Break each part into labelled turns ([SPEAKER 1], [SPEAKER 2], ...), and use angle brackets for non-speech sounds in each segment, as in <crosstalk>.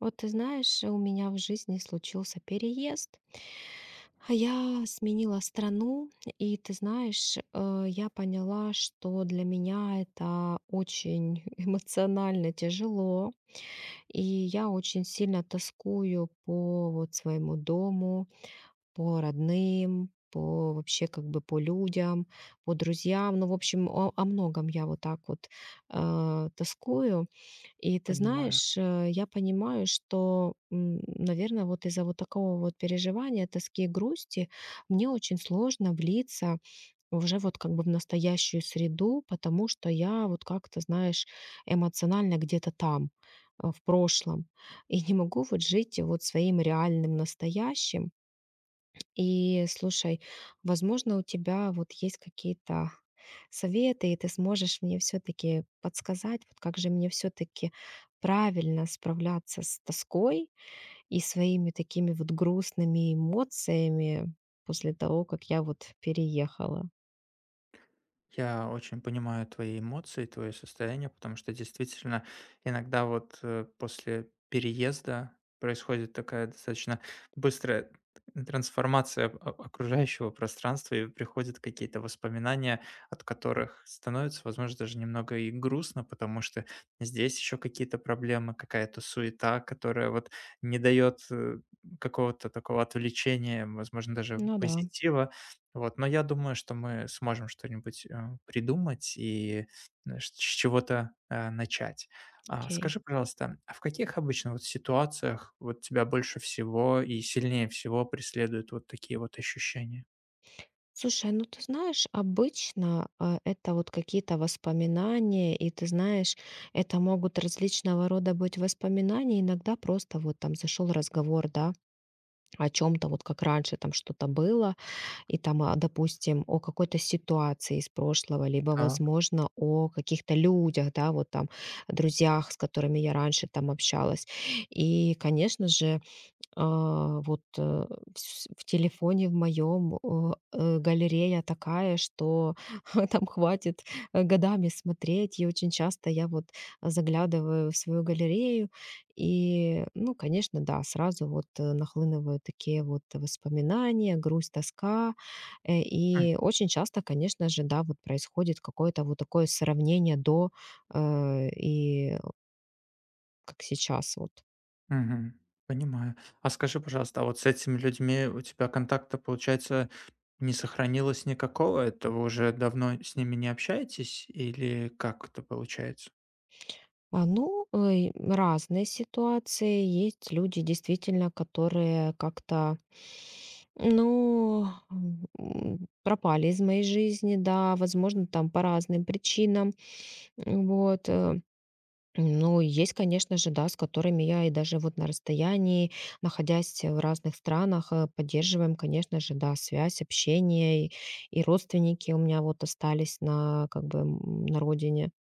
[SPEAKER 1] Вот ты знаешь, у меня в жизни случился переезд. Я сменила страну, и ты знаешь, я поняла, что для меня это очень <laughs> эмоционально тяжело, и я очень сильно тоскую по вот своему дому, по родным, по вообще как бы по людям, по друзьям. Ну, в общем, о многом я вот так вот тоскую. И ты
[SPEAKER 2] Понимаю.
[SPEAKER 1] знаешь, я понимаю, что, наверное, вот из-за вот такого вот переживания, тоски и грусти мне очень сложно влиться уже вот как бы в настоящую среду, потому что я вот как-то, знаешь, эмоционально где-то там, в прошлом, и не могу вот жить вот своим реальным настоящим, и слушай, возможно, у тебя вот есть какие-то советы, и ты сможешь мне все-таки подсказать, вот как же мне все-таки правильно справляться с тоской и своими такими вот грустными эмоциями после того, как я вот переехала.
[SPEAKER 2] Я очень понимаю твои эмоции, твое состояние, потому что действительно иногда вот после переезда происходит такая достаточно быстрая трансформация окружающего пространства, и приходят какие-то воспоминания, от которых становится, возможно, даже немного и грустно, потому что здесь еще какие-то проблемы, какая-то суета, которая вот не дает какого-то такого отвлечения, возможно, даже
[SPEAKER 1] Ну да,
[SPEAKER 2] позитива. Вот, но я думаю, что мы сможем что-нибудь придумать и, э, ш с чего-то, начать. А
[SPEAKER 1] окей.
[SPEAKER 2] скажи, пожалуйста, а в каких обычно вот ситуациях вот тебя больше всего и сильнее всего преследуют вот такие вот ощущения?
[SPEAKER 1] Слушай, ну ты знаешь, обычно это вот какие-то воспоминания, и ты знаешь, это могут различного рода быть воспоминания, иногда просто вот там зашел разговор, да, о чем то вот как раньше там что-то было, и там, допустим, о какой-то ситуации из прошлого, либо,
[SPEAKER 2] Так,
[SPEAKER 1] возможно, о каких-то людях, да, вот там, друзьях, с которыми я раньше там общалась. И, конечно же, а, вот, э, вс в телефоне в моем, галерея такая, что <laughs> там хватит, годами смотреть. И очень часто я вот заглядываю в свою галерею. И, ну, конечно, да, сразу вот, нахлынывают такие вот воспоминания, грусть, тоска. Э,
[SPEAKER 2] м,
[SPEAKER 1] и очень часто, конечно же, да, вот происходит какое-то вот такое сравнение до, и как сейчас вот.
[SPEAKER 2] мгм, понимаю. А скажи, пожалуйста, а вот с этими людьми у тебя контакта, получается, не сохранилось никакого? Это вы уже давно с ними не общаетесь или как это получается?
[SPEAKER 1] Ну, ой, разные ситуации. Есть люди, действительно, которые как-то, ну, пропали из моей жизни, да, возможно, там по разным причинам. М, вот, э. Ну, есть, конечно же, да, с которыми я и даже вот на расстоянии, находясь в разных странах, поддерживаем, конечно же, да, связь, общение. И родственники у меня вот остались на, как бы, на родине.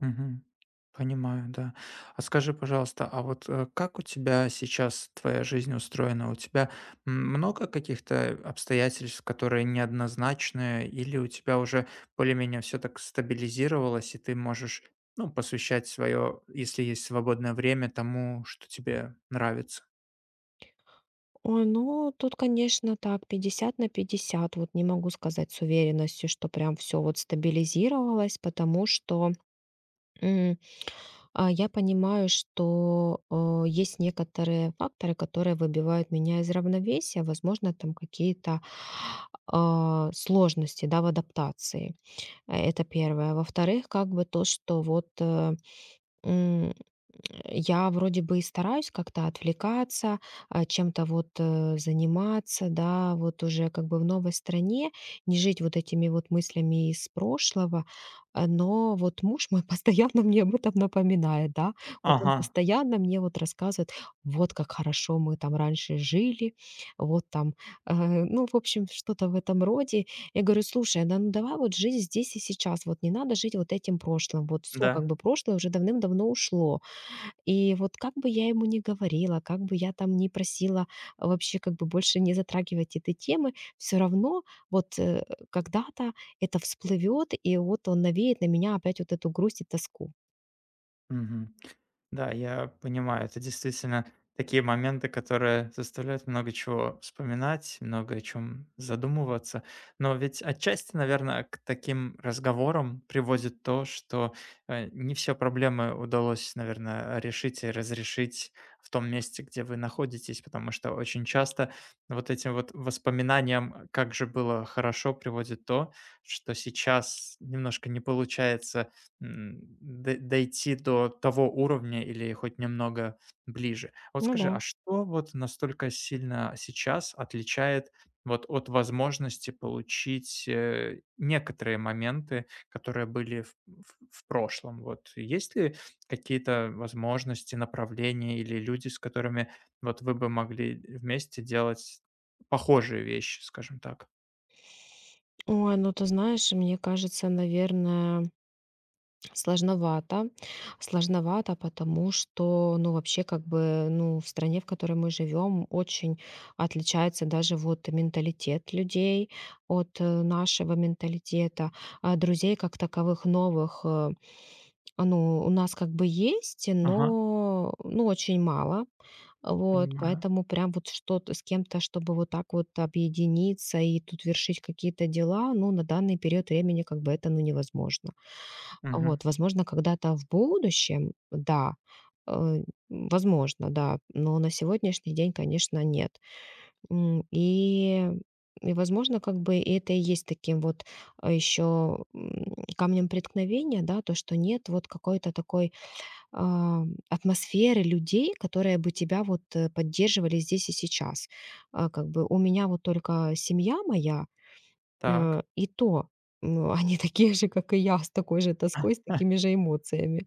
[SPEAKER 2] Мгм. Понимаю, да. А скажи, пожалуйста, а вот как у тебя сейчас твоя жизнь устроена? У тебя м, много каких-то обстоятельств, которые неоднозначные, или у тебя уже более-менее все так стабилизировалось, и ты можешь, ну, посвящать свое, если есть свободное время, тому, что тебе нравится?
[SPEAKER 1] Ой, ну, тут, конечно, так, 50 на 50. Вот не могу сказать с уверенностью, что прям все вот стабилизировалось, потому что, м, я понимаю, что, есть некоторые факторы, которые выбивают меня из равновесия. Возможно, там какие-то, сложности, да, в адаптации. Э, это первое. Во-вторых, как бы то, что вот, М, я вроде бы и стараюсь как-то отвлекаться, чем-то вот, заниматься, да, вот уже как бы в новой стране, не жить вот этими вот мыслями из прошлого, но вот муж мой <laughs> постоянно мне об этом напоминает, да. Вот он
[SPEAKER 2] Ага,
[SPEAKER 1] постоянно мне вот рассказывает: "Вот как хорошо мы там раньше жили". Вот там, э, ну, в общем, что-то в этом роде. Я говорю: "Слушай, да ну давай вот жить здесь и сейчас, вот не надо жить вот этим прошлым, вот все как
[SPEAKER 2] да.
[SPEAKER 1] бы прошлое уже давным-давно ушло". И вот как бы я ему ни говорила, как бы я там не просила вообще как бы больше не затрагивать этой темы, все равно вот, когда-то это всплывет, и вот он навеет на меня опять вот эту грусть и тоску.
[SPEAKER 2] Да, я понимаю, это действительно такие моменты, которые заставляют много чего вспоминать, много о чем задумываться. Но ведь отчасти, наверное, к таким разговорам приводит то, что не все проблемы удалось, наверное, решить и разрешить в том месте, где вы находитесь, потому что очень часто вот этим вот воспоминаниям, э, как же было хорошо, приводит то, что сейчас немножко не получается. М, д дойти до того уровня или хоть немного ближе. Вот
[SPEAKER 1] Ну
[SPEAKER 2] скажи,
[SPEAKER 1] да.
[SPEAKER 2] а что вот настолько сильно сейчас отличает вот от возможности получить, некоторые моменты, которые были в прошлом? Вот есть ли какие-то возможности, направления или люди, с которыми вот вы бы могли вместе делать похожие вещи, скажем так?
[SPEAKER 1] Ой, ну ты знаешь, мне кажется, наверное, сложновато. Сложновато, потому что, ну, вообще, как бы, ну, в стране, в которой мы живем, очень отличается даже вот менталитет людей от нашего менталитета. А друзей как таковых новых, ну, у нас как бы есть,
[SPEAKER 2] Ага,
[SPEAKER 1] но, ну, очень мало. Вот,
[SPEAKER 2] понимаю.
[SPEAKER 1] поэтому прям вот что-то с кем-то, чтобы вот так вот объединиться и тут вершить какие-то дела, ну, на данный период времени как бы это, ну, невозможно.
[SPEAKER 2] Мгм.
[SPEAKER 1] Вот, возможно, когда-то в будущем, да, э, возможно, да, но на сегодняшний день, конечно, нет. М, И, и возможно, как бы и это и есть таким вот еще камнем преткновения, да, то, что нет вот какой-то такой а, атмосферы людей, которые бы тебя вот поддерживали здесь и сейчас. А, как бы у меня вот только семья моя.
[SPEAKER 2] Так.
[SPEAKER 1] И то, ну, они <laughs> такие же, как и я, с такой же тоской, с
[SPEAKER 2] <laughs>
[SPEAKER 1] такими же эмоциями.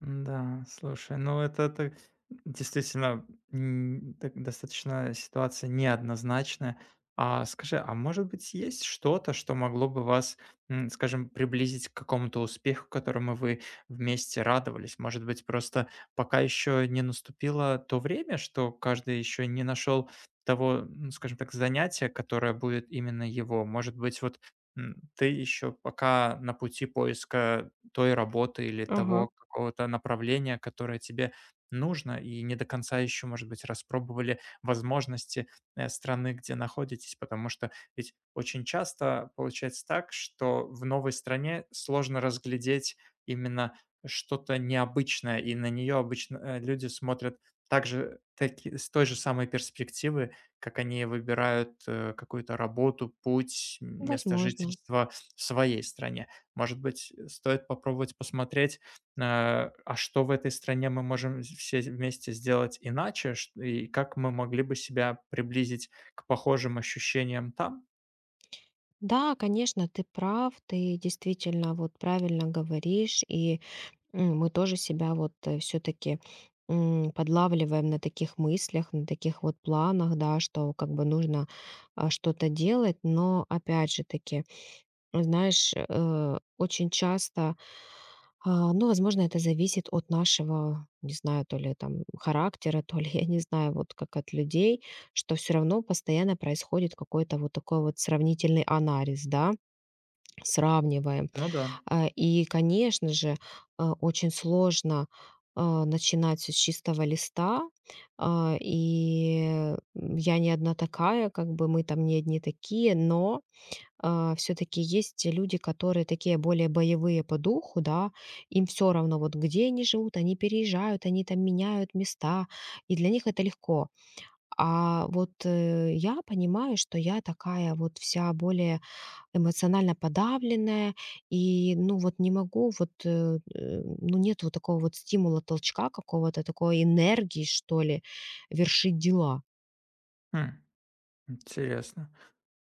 [SPEAKER 2] Да, слушай, ну это ты действительно, м, так достаточно ситуация неоднозначная. А скажи, а может быть, есть что-то, что могло бы вас, м, скажем, приблизить к какому-то успеху, которому вы вместе радовались? Может быть, просто пока еще не наступило то время, что каждый еще не нашел того, ну, скажем так, занятия, которое будет именно его? Может быть, вот, м, ты еще пока на пути поиска той работы или
[SPEAKER 1] Ага.
[SPEAKER 2] того какого-то направления, которое тебе нужно, и не до конца еще, может быть, распробовали возможности страны, где находитесь, потому что ведь очень часто получается так, что в новой стране сложно разглядеть именно что-то необычное, и на нее обычно люди смотрят также с той же самой перспективы, как они выбирают какую-то работу, путь, место
[SPEAKER 1] Возможно.
[SPEAKER 2] жительства в своей стране. Может быть, стоит попробовать посмотреть, а что в этой стране мы можем все вместе сделать иначе, чт и как мы могли бы себя приблизить к похожим ощущениям там?
[SPEAKER 1] Да, конечно, ты прав, ты действительно вот правильно говоришь, и мы тоже себя вот все-таки подлавливаем на таких мыслях, на таких вот планах, да, что как бы нужно что-то делать, но опять же таки знаешь, очень часто, ну, возможно, это зависит от нашего, не знаю, то ли там характера, то ли, <laughs> я не знаю, вот как от людей, что все равно постоянно происходит какой-то вот такой вот сравнительный анализ, да, сравниваем.
[SPEAKER 2] Ну да.
[SPEAKER 1] И конечно же, очень сложно начинать всё с чистого листа, я не одна такая, как бы мы там не одни такие, но все-таки есть люди, которые такие более боевые по духу, да, им все равно, вот где они живут, они переезжают, они там меняют места, и для них это легко. А вот я понимаю, что я такая вот вся более эмоционально подавленная, и, ну, вот не могу, вот, ну, нет вот такого вот стимула, толчка какого-то, такой энергии, что ли, вершить дела.
[SPEAKER 2] Хм, интересно.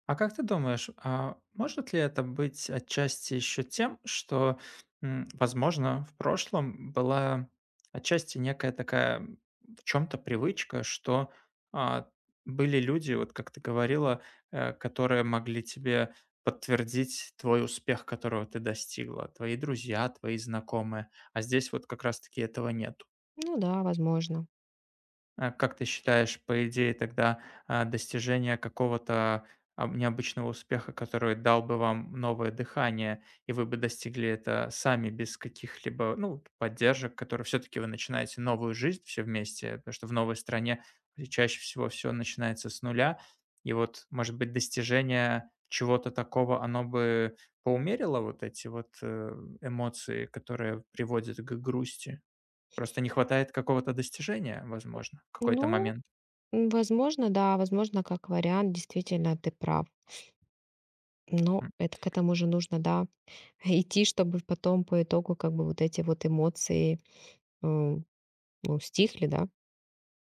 [SPEAKER 2] А как ты думаешь, а может ли это быть отчасти еще тем, что, м, возможно, в прошлом была отчасти некая такая м, в чем-то привычка, что а, были люди, вот как ты говорила, которые могли тебе подтвердить твой успех, которого ты достигла, твои друзья, твои знакомые, а здесь вот как раз-таки этого нет.
[SPEAKER 1] Ну да, возможно.
[SPEAKER 2] А как ты считаешь, по идее, тогда, достижение какого-то, необычного успеха, который дал бы вам новое дыхание, и вы бы достигли это сами без каких-либо, ну, поддержек, которые все-таки вы начинаете новую жизнь все вместе, потому что в новой стране чаще всего все начинается с нуля. И вот, может быть, достижение чего-то такого, оно бы поумерило вот эти вот, эмоции, которые приводят к грусти? Просто не хватает какого-то достижения, возможно, в какой-то
[SPEAKER 1] Ну.
[SPEAKER 2] момент.
[SPEAKER 1] М, возможно, да, возможно, как вариант, действительно, ты прав. Но
[SPEAKER 2] М.
[SPEAKER 1] это к этому же нужно, да, <laughs> идти, чтобы потом по итогу как бы вот эти вот эмоции м, ну, стихли, да?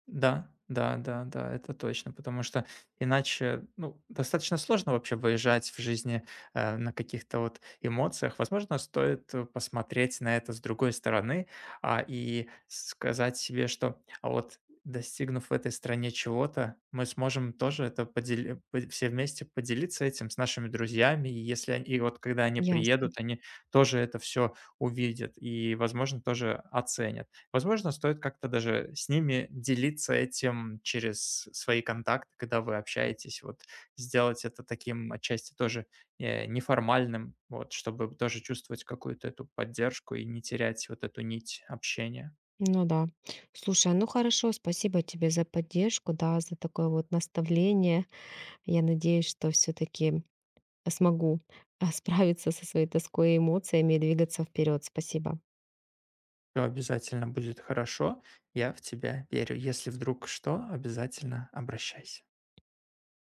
[SPEAKER 2] Да, да, да, да, это точно, потому что иначе, ну, достаточно сложно вообще выезжать в жизни на каких-то вот эмоциях. Возможно, стоит посмотреть на это с другой стороны, и сказать себе, что а вот достигнув в этой стране чего-то, мы сможем тоже это все вместе поделиться этим с нашими друзьями, и если и вот когда они
[SPEAKER 1] Ясно.
[SPEAKER 2] приедут, они тоже это все увидят и, возможно, тоже оценят. Возможно, стоит как-то даже с ними делиться этим через свои контакты, когда вы общаетесь. Вот сделать это таким отчасти тоже неформальным, вот, чтобы тоже чувствовать какую-то эту поддержку и не терять вот эту нить общения.
[SPEAKER 1] Ну да. Слушай, ну хорошо, спасибо тебе за поддержку, да, за такое вот наставление. Я надеюсь, что все-таки смогу справиться со своей тоской и эмоциями и двигаться вперед. Спасибо.
[SPEAKER 2] Все обязательно будет хорошо. Я в тебя верю. Если вдруг что, обязательно обращайся.